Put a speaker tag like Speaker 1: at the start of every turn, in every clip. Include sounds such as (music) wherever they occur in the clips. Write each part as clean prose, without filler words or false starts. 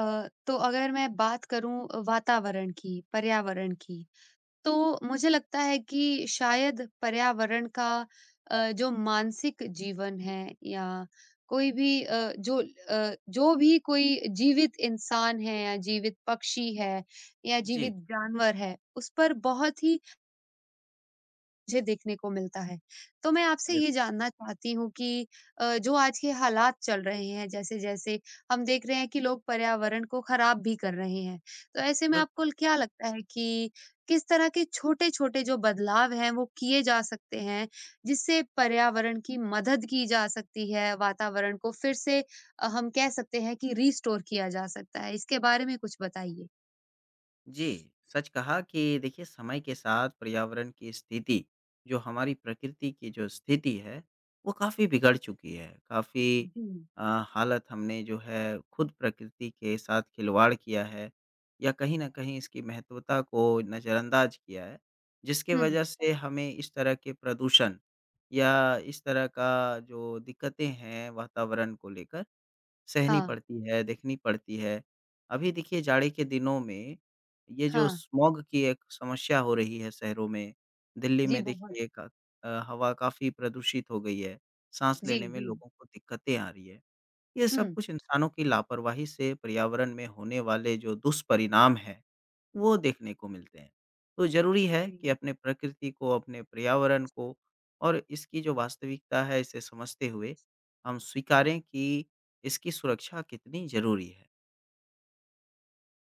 Speaker 1: तो अगर मैं बात करूं वातावरण की, पर्यावरण की, तो मुझे लगता है कि शायद पर्यावरण का जो मानसिक जीवन है या कोई भी जो जो भी कोई जीवित इंसान है या जीवित पक्षी है या जीवित
Speaker 2: जी,
Speaker 1: जानवर है, उस पर बहुत ही मुझे देखने को मिलता है। तो मैं आपसे
Speaker 2: बिल
Speaker 1: ये जानना चाहती हूँ कि जो आज के हालात चल रहे हैं, जैसे-जैसे हम देख रहे हैं कि लोग पर्यावरण को खराब भी कर रहे हैं। तो ऐसे में
Speaker 2: बिल्कुल।
Speaker 1: आपको क्या लगता है कि किस तरह के छोटे-छोटे जो बदलाव हैं, वो किए जा सकते हैं, जिससे पर्यावरण की मदद की जा सकती है, वातावरण को फिर से हम कह सकते हैं कि रिस्टोर किया जा सकता है? इसके बारे में कुछ बताइए।
Speaker 2: जी, सच कहा कि देखिए समय के साथ पर्यावरण की स्थिति, जो हमारी प्रकृति की जो स्थिति है, वो काफ़ी बिगड़ चुकी है। काफ़ी
Speaker 1: जी।
Speaker 2: अ, हालत हमने जो है खुद प्रकृति के साथ खिलवाड़ किया है या कहीं न कहीं इसकी महत्वता को नज़रअंदाज किया है, जिसके
Speaker 1: हुँ,
Speaker 2: वजह से हमें इस तरह के प्रदूषण या इस तरह का जो दिक्कतें हैं वातावरण को लेकर सहनी
Speaker 1: हाँ,
Speaker 2: पड़ती है, देखनी पड़ती है। अभी देखिए जाड़े के दिनों में ये जो
Speaker 1: हाँ।
Speaker 2: स्मॉग की एक समस्या हो रही है शहरों में, दिल्ली
Speaker 1: जी,
Speaker 2: में
Speaker 1: बहुत।
Speaker 2: देखिए हवा काफ़ी प्रदूषित हो गई है, साँस
Speaker 1: जी,
Speaker 2: लेने में
Speaker 1: जी।
Speaker 2: लोगों को दिक्कतें आ रही है। ये सब
Speaker 1: हुँ।
Speaker 2: कुछ इंसानों की लापरवाही से पर्यावरण में होने वाले जो दुष्परिणाम हैं वो देखने को मिलते हैं। तो ज़रूरी है
Speaker 1: जी।
Speaker 2: कि अपने प्रकृति को, अपने पर्यावरण को और इसकी जो वास्तविकता है इसे समझते हुए हम स्वीकारें कि इसकी सुरक्षा कितनी ज़रूरी है।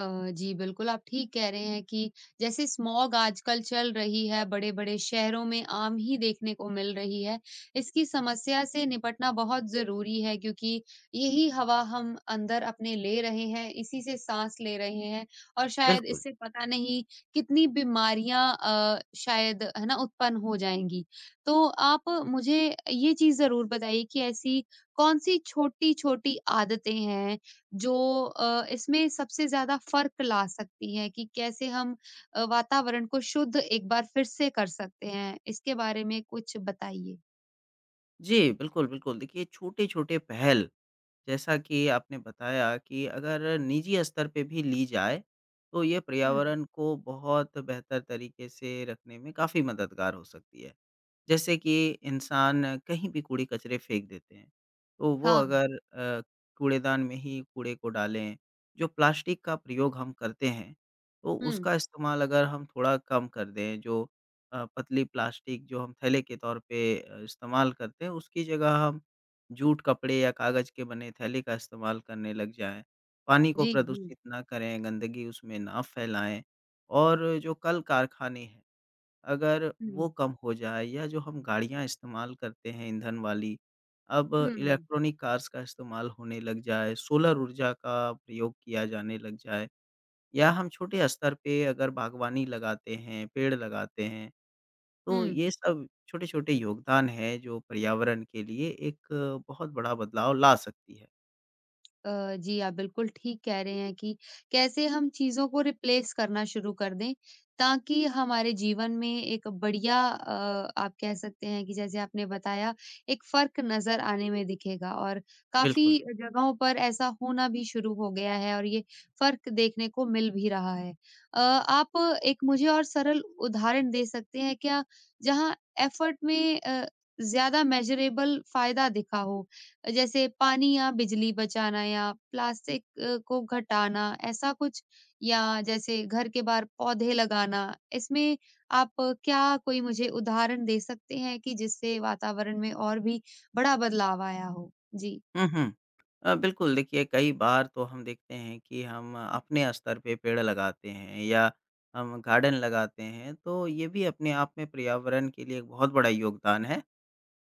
Speaker 1: अ, जी, बिल्कुल आप ठीक कह रहे हैं कि जैसे स्मॉग आजकल चल रही है, बड़े-बड़े शहरों में आम ही देखने को मिल रही है। इसकी समस्या से निपटना बहुत ज़रूरी है क्योंकि यही हवा हम अंदर अपने ले रहे हैं, इसी से साँस ले रहे हैं और शायद
Speaker 2: बिल्कुल।
Speaker 1: इससे पता नहीं कितनी बीमारियाँ शायद है ना उत्पन्न हो जाएँगी। तो आप मुझे ये चीज़ ज़रूर बताइए कि ऐसी कौन-सी छोटी-छोटी आदतें हैं जो इसमें सबसे ज़्यादा फ़र्क ला सकती है कि कैसे हम वातावरण को शुद्ध एक बार फिर से कर सकते हैं? इसके बारे में कुछ बताइए?
Speaker 2: जी, बिल्कुल, बिल्कुल। देखिए छोटे-छोटे पहल जैसा कि आपने बताया कि अगर निजी स्तर पे भी ली जाए, तो ये
Speaker 1: हुँ।
Speaker 2: पर्यावरण को बहुत बेहतर तरीके से रखने में काफ़ी मददगार हो सकती है। जैसे कि इंसान कहीं भी कूड़े-कचरे फेंक देते हैं, तो वो
Speaker 1: हाँ।
Speaker 2: अगर कूड़ेदान में ही कूड़े को डालें, जो प्लास्टिक का प्रयोग हम करते हैं, तो
Speaker 1: हुँ।
Speaker 2: उसका इस्तेमाल अगर हम थोड़ा कम कर दें, जो पतली प्लास्टिक जो हम थैले के तौर पे इस्तेमाल करते हैं, उसकी जगह हम जूट कपड़े या कागज के बने थैले का इस्तेमाल करने लग जाएँ, पानी को
Speaker 1: जी, जी।
Speaker 2: प्रदूषित ना करें, गंदगी उसमें ना फैलाएँ और जो कल कारखाने हैं, अगर वो
Speaker 1: हुँ।
Speaker 2: कम हो जाए या जो हम गाड़ियाँ इस्तेमाल करते हैं ईंधन वाली, अब
Speaker 1: हुँ,
Speaker 2: इलेक्ट्रॉनिक कार्स का इस्तेमाल होने लग जाए, सोलर ऊर्जा का प्रयोग किया जाने लग जाए या हम छोटे स्तर पे अगर बागवानी लगाते हैं, पेड़ लगाते हैं तो
Speaker 1: हुँ।
Speaker 2: ये सब छोटे-छोटे योगदान हैं जो पर्यावरण के लिए एक बहुत बड़ा बदलाव ला सकती है।
Speaker 1: जी, आप बिल्कुल ठीक कह रहे हैं कि कैसे हम चीज़ों को रिप्लेस करना शुरू कर दें, ताकि हमारे जीवन में एक बढ़िया आप कह सकते हैं कि जैसे आपने बताया, एक फ़र्क नज़र आने में दिखेगा और
Speaker 2: बिल्कुल।
Speaker 1: काफ़ी जगहों पर ऐसा होना भी शुरू हो गया है और ये फ़र्क देखने को मिल भी रहा है। आप एक मुझे और सरल उदाहरण दे सकते हैं क्या, जहाँ एफ़र्ट में ज़्यादा मेज़रेबल फ़ायदा दिखा हो? जैसे पानी या बिजली बचाना या प्लास्टिक को घटाना ऐसा कुछ या जैसे घर के बाहर पौधे लगाना इसमें आप क्या कोई मुझे उदाहरण दे सकते हैं कि जिससे वातावरण में और भी बड़ा बदलाव आया हो? जी।
Speaker 2: हुँ, हुँ। बिल्कुल देखिए कई बार तो हम देखते हैं कि हम अपने स्तर पे पेड़ लगाते हैं या हम गार्डन लगाते हैं तो ये भी अपने आप में पर्यावरण के लिए एक बहुत बड़ा योगदान है।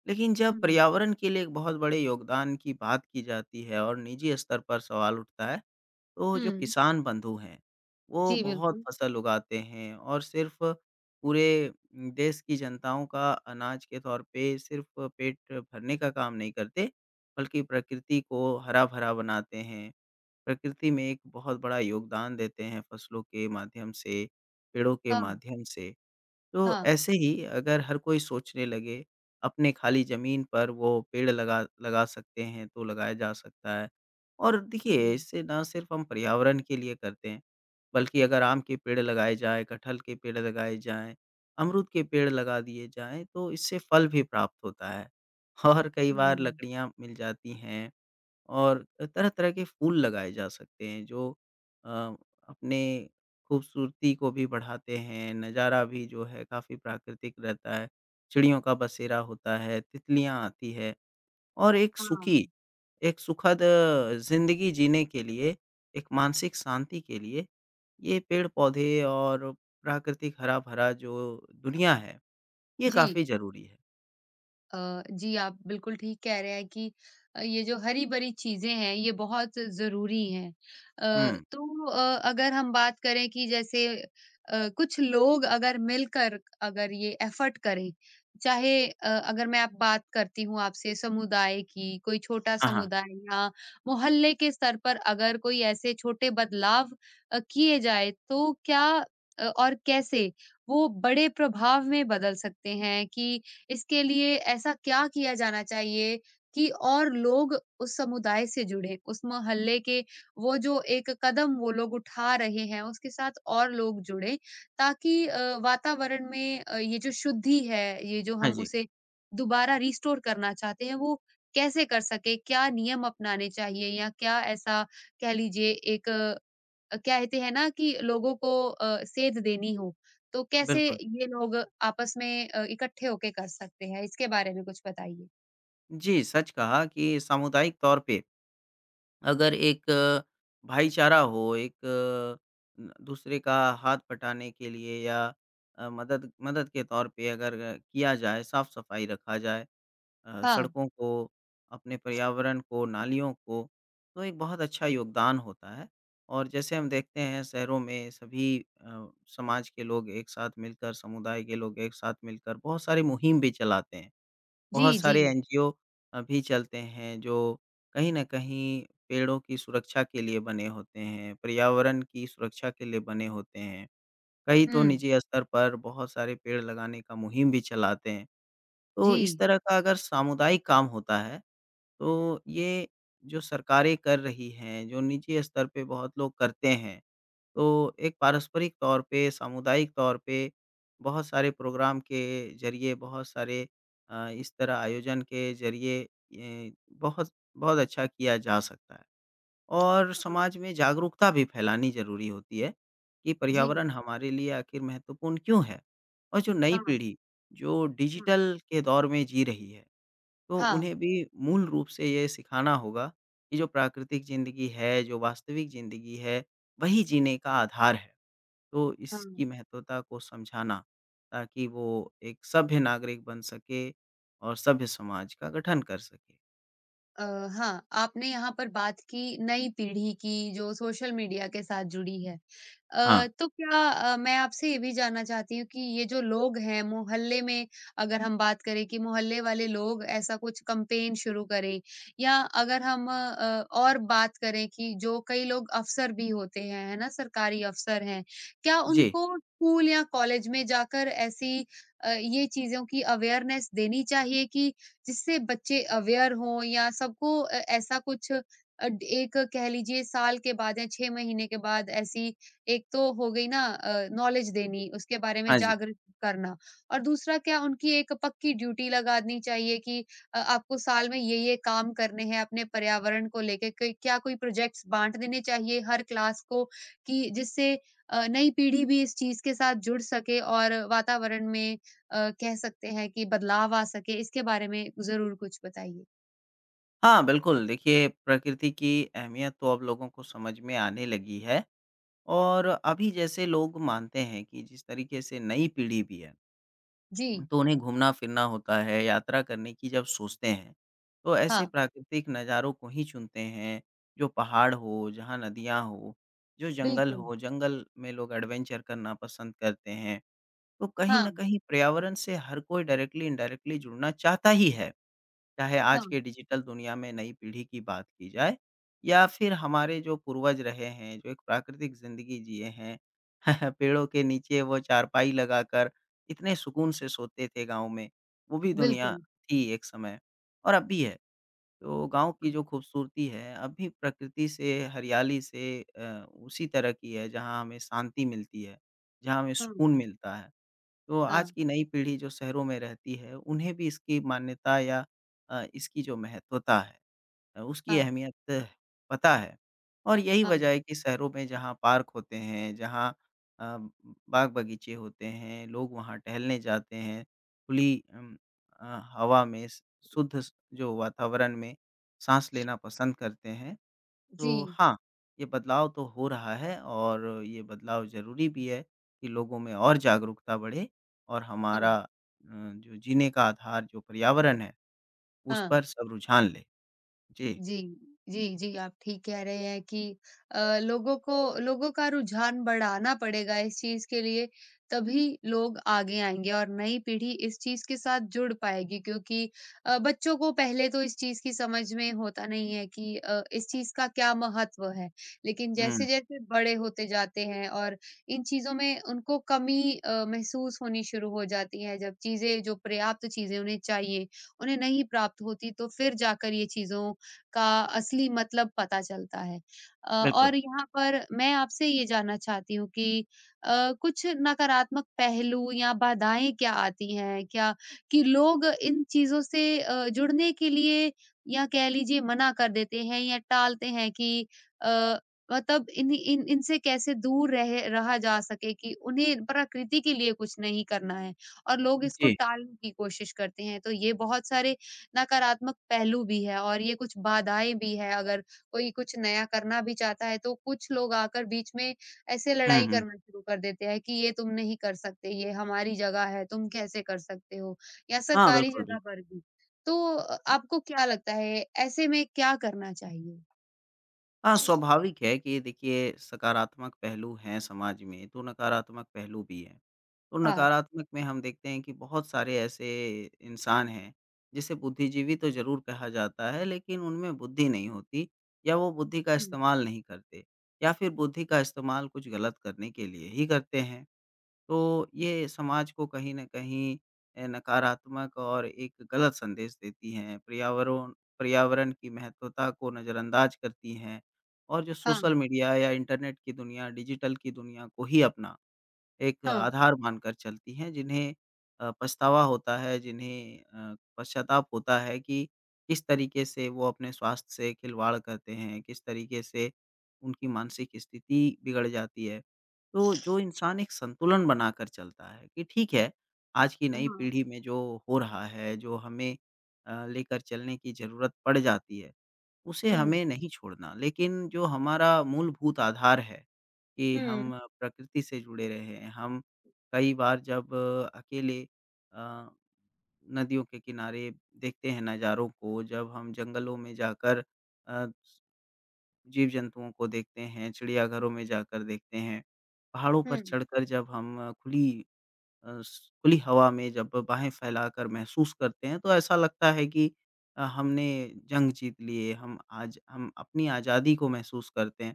Speaker 2: लेकिन जब
Speaker 1: हुँ,
Speaker 2: पर्यावरण के लिए एक बहुत बड़े योगदान की बात की जाती है और निजी स्तर पर सवाल उठता है तो
Speaker 1: हुँ।
Speaker 2: जो किसान बंधु हैं, वो
Speaker 1: जी,
Speaker 2: बहुत
Speaker 1: बिल्कुल।
Speaker 2: फसल उगाते हैं और सिर्फ़ पूरे देश की जनताओं का अनाज के तौर पे सिर्फ़ पेट भरने का काम नहीं करते, बल्कि प्रकृति को हरा-भरा बनाते हैं। प्रकृति में एक बहुत बड़ा योगदान देते हैं फसलों के माध्यम से, पेड़ों के
Speaker 1: हाँ,
Speaker 2: माध्यम से। तो
Speaker 1: हाँ।
Speaker 2: ऐसे ही अगर हर कोई सोचने लगे, अपने खाली ज़मीन पर वो पेड़ लगा लगा सकते हैं, तो लगाया जा सकता है। और देखिए,
Speaker 1: हुँ,
Speaker 2: इससे ना सिर्फ़ हम पर्यावरण के लिए करते हैं, बल्कि अगर आम के पेड़ लगाए जाएँ, कटहल के पेड़ लगाए जाएँ, अमरूद के पेड़ लगा दिए जाएँ, तो इससे फल भी प्राप्त होता है। और कई बार
Speaker 1: हुँ।
Speaker 2: लकड़ियाँ मिल जाती हैं और तरह-तरह के फूल लगाए जा सकते हैं जो अ, अपने खूबसूरती को भी बढ़ाते हैं, नज़ारा भी जो है काफ़ी प्राकृतिक रहता है, चिड़ियों का बसेरा होता है, तितलियाँ आती है और
Speaker 1: हाँ,
Speaker 2: एक सुखद ज़िंदगी जीने के लिए, एक मानसिक शांति के लिए ये पेड़-पौधे और प्राकृतिक हरा-भरा जो दुनिया है, ये
Speaker 1: जी।
Speaker 2: काफ़ी ज़रूरी है।
Speaker 1: जी, आप बिल्कुल ठीक कह रहे हैं कि ये जो हरी-भरी चीज़ें हैं, ये बहुत ज़रूरी हैं।
Speaker 2: हुँ।
Speaker 1: तो अगर हम बात करें कि जैसे कुछ लोग अगर मिलकर अगर ये एफ़र्ट करें, चाहे अगर मैं अब बात करती हूँ आपसे समुदाय की, कोई छोटा
Speaker 2: हाँ, हाँ।
Speaker 1: समुदाय या मोहल्ले के स्तर पर अगर कोई ऐसे छोटे बदलाव किए जाए, तो क्या और कैसे वो बड़े प्रभाव में बदल सकते हैं कि इसके लिए ऐसा क्या किया जाना चाहिए कि और लोग उस समुदाय से जुड़े, उस मोहल्ले के वो जो एक कदम वो लोग उठा रहे हैं, उसके साथ और लोग जुड़े ताकि वातावरण में ये जो शुद्धि है, ये जो
Speaker 2: हाँ
Speaker 1: हम
Speaker 2: जी,
Speaker 1: उसे दोबारा रिस्टोर करना चाहते हैं, वो कैसे कर सके? क्या नियम अपनाने चाहिए या क्या ऐसा कह लीजिए एक कहते हैं ना कि लोगों को सेध देनी हो, तो कैसे
Speaker 2: बिल्कुल।
Speaker 1: ये लोग आपस में इकट्ठे होके कर सकते हैं? इसके बारे में कुछ बताइए?
Speaker 2: जी, सच कहा कि सामुदायिक तौर पे अगर भाईचारा हो, न दूसरे का हाथ बटाने के लिए या मदद मदद के तौर पे अगर किया जाए, साफ-सफाई रखा जाए
Speaker 1: हाँ।
Speaker 2: सड़कों को, अपने पर्यावरण को, नालियों को, तो एक बहुत अच्छा योगदान होता है। और जैसे हम देखते हैं शहरों में सभी समाज के लोग एक साथ मिलकर, समुदाय के लोग एक साथ मिलकर बहुत सारी मुहिम भी चलाते हैं।
Speaker 1: जी,
Speaker 2: बहुत
Speaker 1: जी।
Speaker 2: सारे एनजीओ अभी चलते हैं जो कहीं न कहीं पेड़ों की सुरक्षा के लिए बने होते हैं, पर्यावरण की सुरक्षा के लिए बने होते हैं। कई तो
Speaker 1: हुँ।
Speaker 2: निजी स्तर पर बहुत सारे पेड़ लगाने का मुहिम भी चलाते हैं। तो इस
Speaker 1: जी।
Speaker 2: तरह का अगर सामुदायिक काम होता है, तो ये जो सरकारें कर रही हैं, जो निजी स्तर पे बहुत लोग करते हैं, तो एक पारस्परिक तौर पे, सामुदायिक तौर पे बहुत सारे प्रोग्राम के ज़रिए, बहुत सारे इस तरह आयोजन के ज़रिए ये बहुत बहुत अच्छा किया जा सकता है। और समाज
Speaker 1: हाँ।
Speaker 2: में जागरूकता भी फैलानी ज़रूरी होती है कि
Speaker 1: जी।
Speaker 2: पर्यावरण हमारे लिए आखिर महत्वपूर्ण क्यों है? और जो नई
Speaker 1: हाँ।
Speaker 2: पीढ़ी, जो
Speaker 1: हाँ।
Speaker 2: डिजिटल के दौर में जी रही है, तो उन्हें भी मूल रूप से ये सिखाना होगा कि जो प्राकृतिक ज़िंदगी है, जो वास्तविक ज़िंदगी है, वही जीने का आधार है। तो
Speaker 1: हाँ,
Speaker 2: इसकी
Speaker 1: हाँ।
Speaker 2: महत्वता को समझाना ताकि वो एक सभ्य नागरिक बन सके और सभ्य समाज का गठन कर सके।
Speaker 1: अ, हाँ, आपने यहाँ पर बात की नई पीढ़ी की जो सोशल मीडिया के साथ जुड़ी है।
Speaker 2: हाँ,
Speaker 1: तो क्या मैं आपसे ये भी जानना चाहती हूँ कि ये जो लोग हैं मोहल्ले में अगर हम बात करें कि मोहल्ले वाले लोग ऐसा कुछ कैंपेन शुरू करें या अगर हम और बात करें कि जो कई लोग अफ़सर भी होते हैं, है ना? सरकारी अफ़सर हैं, क्या
Speaker 2: जी।
Speaker 1: उनको स्कूल या कॉलेज में जाकर ऐसी ये चीज़ों की अवेयरनेस देनी चाहिए कि जिससे बच्चे अवेयर हों या सबको ऐसा कुछ एक कह लीजिए साल के बाद या 6 महीने के बाद ऐसी एक तो हो गई ना नॉलेज देनी उसके बारे में
Speaker 2: हाँ जी।
Speaker 1: जागरूक करना और दूसरा क्या उनकी एक पक्की ड्यूटी लगानी चाहिए कि आपको साल में ये काम करने हैं अपने पर्यावरण को लेके क्या कोई प्रोजेक्ट्स बांट देने चाहिए हर क्लास को कि जिससे नई पीढ़ी भी इस चीज के साथ जुड़ सके और वातावरण में कह सकते हैं कि बदलाव आ सके, इसके बारे में ज़रूर कुछ बताइए?
Speaker 2: हाँ, बिल्कुल देखिए प्रकृति की अहमियत तो अब लोगों को समझ में आने लगी है और अभी जैसे लोग मानते हैं कि जिस तरीके से नई पीढ़ी भी है
Speaker 1: जी,
Speaker 2: तो उन्हें घूमना-फिरना होता है, यात्रा करने की जब सोचते हैं, तो ऐसे
Speaker 1: हाँ,
Speaker 2: प्राकृतिक नज़ारों को ही चुनते हैं, जो पहाड़ हो, जहाँ नदियाँ हो, जो जंगल
Speaker 1: बिल्कुल।
Speaker 2: हो, जंगल में लोग एडवेंचर करना पसंद करते हैं। तो कहीं
Speaker 1: हाँ,
Speaker 2: न कहीं पर्यावरण से हर कोई डायरेक्टली, इनडायरेक्टली जुड़ना चाहता ही है। चाहे
Speaker 1: हाँ,
Speaker 2: आज के डिजिटल दुनिया में नई पीढ़ी की बात की जाए या फिर हमारे जो पूर्वज रहे हैं, जो एक प्राकृतिक ज़िंदगी जिए हैं। (laughs) पेड़ों के नीचे वो चारपाई लगाकर इतने सुकून से सोते थे गाँव में, वो भी दुनिया
Speaker 1: बिल्कुल।
Speaker 2: थी एक समय और अब भी है। तो गाँव की
Speaker 1: हाँ,
Speaker 2: जो खूबसूरती है, अब भी प्रकृति से, हरियाली से उसी तरह की है जहाँ हमें शांति मिलती है, जहाँ हमें
Speaker 1: हाँ,
Speaker 2: सुकून मिलता है। तो
Speaker 1: हाँ,
Speaker 2: आज की नई पीढ़ी जो शहरों में रहती है, उन्हें भी इसकी मान्यता या इसकी जो महत्वता है उसकी
Speaker 1: हाँ,
Speaker 2: अहमियत पता है। और यही
Speaker 1: हाँ,
Speaker 2: वजह है कि शहरों में जहाँ पार्क होते हैं, जहाँ अ, बाग-बगीचे होते हैं, लोग वहाँ टहलने जाते हैं, अ, हवा में, स शुद्ध स जो वातावरण में, साँस लेना पसंद करते हैं। तो
Speaker 1: जी,
Speaker 2: हाँ, ये बदलाव तो हो रहा है और ये बदलाव ज़रूरी भी है कि लोगों में और जागरूकता बढ़े और
Speaker 1: हाँ,
Speaker 2: जो जीने का आधार जो पर्यावरण है, उस
Speaker 1: हाँ।
Speaker 2: पर सब रुझान लें। जी।
Speaker 1: जी, जी, जी, आप ठीक कह रहे हैं कि अ, लोगों को लोगों का रुझान बढ़ाना पड़ेगा इस चीज़ के लिए, तभी लोग आगे आएँगे और नई पीढ़ी इस चीज़ के साथ जुड़ पाएगी क्योंकि बच्चों को पहले तो इस चीज़ की समझ में होता नहीं है कि इस चीज़ का क्या महत्व है। लेकिन
Speaker 2: हुँ,
Speaker 1: जैसे-जैसे बड़े होते जाते हैं और इन चीज़ों में उनको कमी महसूस होनी शुरू हो जाती है, जब चीज़ें जो पर्याप्त चीज़ें उन्हें चाहिए, उन्हें नहीं प्राप्त होती, तो फिर जाकर ये चीज़ों का असली मतलब पता चलता है।
Speaker 2: बिल्कुल।
Speaker 1: और यहाँ पर मैं आपसे ये जानना चाहती हूँ कि कुछ नकारात्मक पहलू या बाधाएँ क्या आती हैं? क्या कि लोग इन चीज़ों से जुड़ने के लिए या कह लीजिए मना कर देते हैं या टालते हैं कि अ, मतलब इन इन इनसे कैसे दूर रह रहा जा सके कि उन्हें प्रकृति के लिए कुछ नहीं करना है और लोग इसको
Speaker 2: जी।
Speaker 1: टालने की कोशिश करते हैं। तो ये बहुत सारे नकारात्मक पहलू भी है और ये कुछ बाधाएँ भी है, अगर कोई कुछ नया करना भी चाहता है तो कुछ लोग आकर बीच में ऐसे
Speaker 2: हुँ,
Speaker 1: लड़ाई
Speaker 2: हुँ।
Speaker 1: करना शुरू कर देते हैं कि ये तुम नहीं कर सकते, ये हमारी जगह है, तुम कैसे कर सकते हो? या
Speaker 2: हाँ,
Speaker 1: सरकारी
Speaker 2: बिल्कुल,
Speaker 1: जगह
Speaker 2: बिल्कुल।
Speaker 1: पर भी। तो आपको क्या लगता है ऐसे में क्या करना चाहिए?
Speaker 2: हाँ, स्वाभाविक है कि देखिए सकारात्मक पहलू हैं समाज में, तो नकारात्मक पहलू भी हैं। तो
Speaker 1: हाँ,
Speaker 2: नकारात्मक में हम देखते हैं कि बहुत सारे ऐसे इंसान हैं, जिसे बुद्धिजीवी तो ज़रूर कहा जाता है लेकिन उनमें बुद्धि नहीं होती या वो बुद्धि का
Speaker 1: हुँ,
Speaker 2: इस्तेमाल नहीं करते या फिर बुद्धि का इस्तेमाल कुछ गलत करने के लिए ही करते हैं। तो ये समाज को कहीं न कहीं नकारात्मक और एक गलत संदेश देती हैं, पर्यावरोन पर्यावरण की महत्वता को नज़रअंदाज करती हैं और जो
Speaker 1: हाँ,
Speaker 2: सोशल मीडिया या इंटरनेट की दुनिया, डिजिटल की दुनिया को ही अपना एक
Speaker 1: हाँ,
Speaker 2: आधार मानकर चलती हैं, जिन्हें पछतावा होता है, जिन्हें पश्चाताप होता है कि किस तरीके से वो अपने स्वास्थ्य से खिलवाड़ करते हैं, किस तरीके से उनकी मानसिक स्थिति बिगड़ जाती है। तो जो इंसान एक संतुलन बनाकर चलता है कि ठीक है, आज की नई
Speaker 1: हाँ,
Speaker 2: पीढ़ी में जो हो रहा है, जो लेकर चलने की ज़रूरत पड़ जाती है, उसे हमें
Speaker 1: हुँ,
Speaker 2: नहीं छोड़ना, लेकिन जो हमारा मूलभूत आधार है कि
Speaker 1: हुँ,
Speaker 2: हम प्रकृति से जुड़े रहे हैं। हम कई बार जब अकेले अ, नदियों के किनारे देखते हैं नज़ारों को, जब हम जंगलों में जाकर अ, जीव-जंतुओं को देखते हैं, चिड़ियाघरों में जाकर देखते हैं, पहाड़ों पर
Speaker 1: हुँ,
Speaker 2: चढ़कर जब हम अ, खुली अ, स खुली हवा में जब बाहें फैलाकर महसूस करते हैं, तो ऐसा लगता है कि हमने जंग जीत ली है। हम आज हम अपनी आज़ादी को महसूस करते हैं।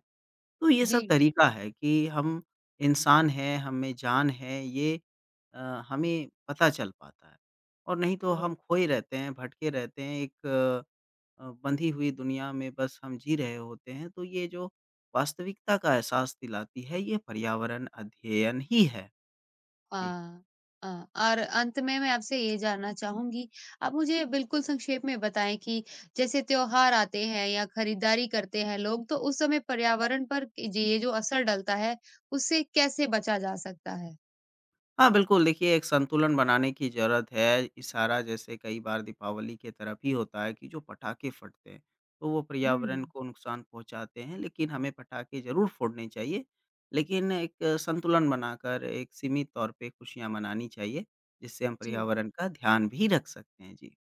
Speaker 2: तो ये
Speaker 1: जी।
Speaker 2: सब तरीका है कि हम इंसान हैं, हम में जान है, ये अ, हमें पता चल पाता है। और नहीं तो
Speaker 1: अ
Speaker 2: हम खोए रहते हैं, भटके रहते हैं, एक बंधी हुई दुनिया में बस हम जी रहे होते हैं, तो ये जो वास्तविकता का एहसास दिलाती है, ये पर्यावरण अध्ययन ही है।
Speaker 1: अ
Speaker 2: जी।
Speaker 1: और अंत में मैं आपसे ये जानना चाहूँगी, आप मुझे बिल्कुल संक्षेप में बताएँ कि जैसे त्योहार आते हैं या खरीदारी करते हैं लोग, तो उस समय पर्यावरण पर ये जो असर डलता है, उससे कैसे बचा जा सकता है?
Speaker 2: हाँ, बिल्कुल, देखिए एक संतुलन बनाने की ज़रूरत है। इशारा जैसे कई बार दीपावली के तरफ ही होता है कि जो पटाखे फटते हैं, तो वो
Speaker 1: हुँ,
Speaker 2: पर्यावरण को नुकसान पहुँचाते हैं, लेकिन हमें पटाखे ज़रूर फोड़ने चाहिए। लेकिन एक संतुलन बनाकर एक सीमित तौर पे खुशियाँ मनानी चाहिए, जिससे हम
Speaker 1: जी।
Speaker 2: पर्यावरण का ध्यान भी रख सकते हैं। जी,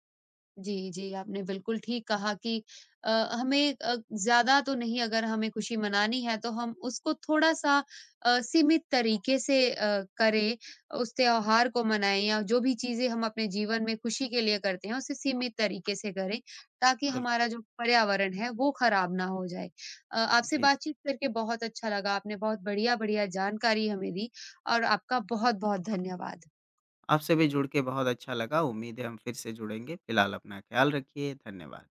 Speaker 1: जी, जी, आपने बिल्कुल ठीक कहा कि अ, हमें ज़्यादा तो नहीं अगर हमें खुशी मनानी है तो हम उसको थोड़ा-सा सीमित तरीके से करें, उस त्योहार को मनाएँ या जो भी चीज़ें हम अपने जीवन में खुशी के लिए करते हैं, उसे सीमित तरीके से करें, ताकि
Speaker 2: बिल्कुल।
Speaker 1: हमारा जो पर्यावरण है वो ख़राब ना हो जाए। आपसे
Speaker 2: जी,
Speaker 1: बातचीत करके बहुत अच्छा लगा, आपने बहुत बढ़िया-बढ़िया जानकारी हमें दी और आपका बहुत-बहुत धन्यवाद।
Speaker 2: आपसे भी जुड़ के बहुत अच्छा लगा। उम्मीद है हम फिर से जुड़ेंगे। फिलहाल अपना ख़्याल रखिए। धन्यवाद।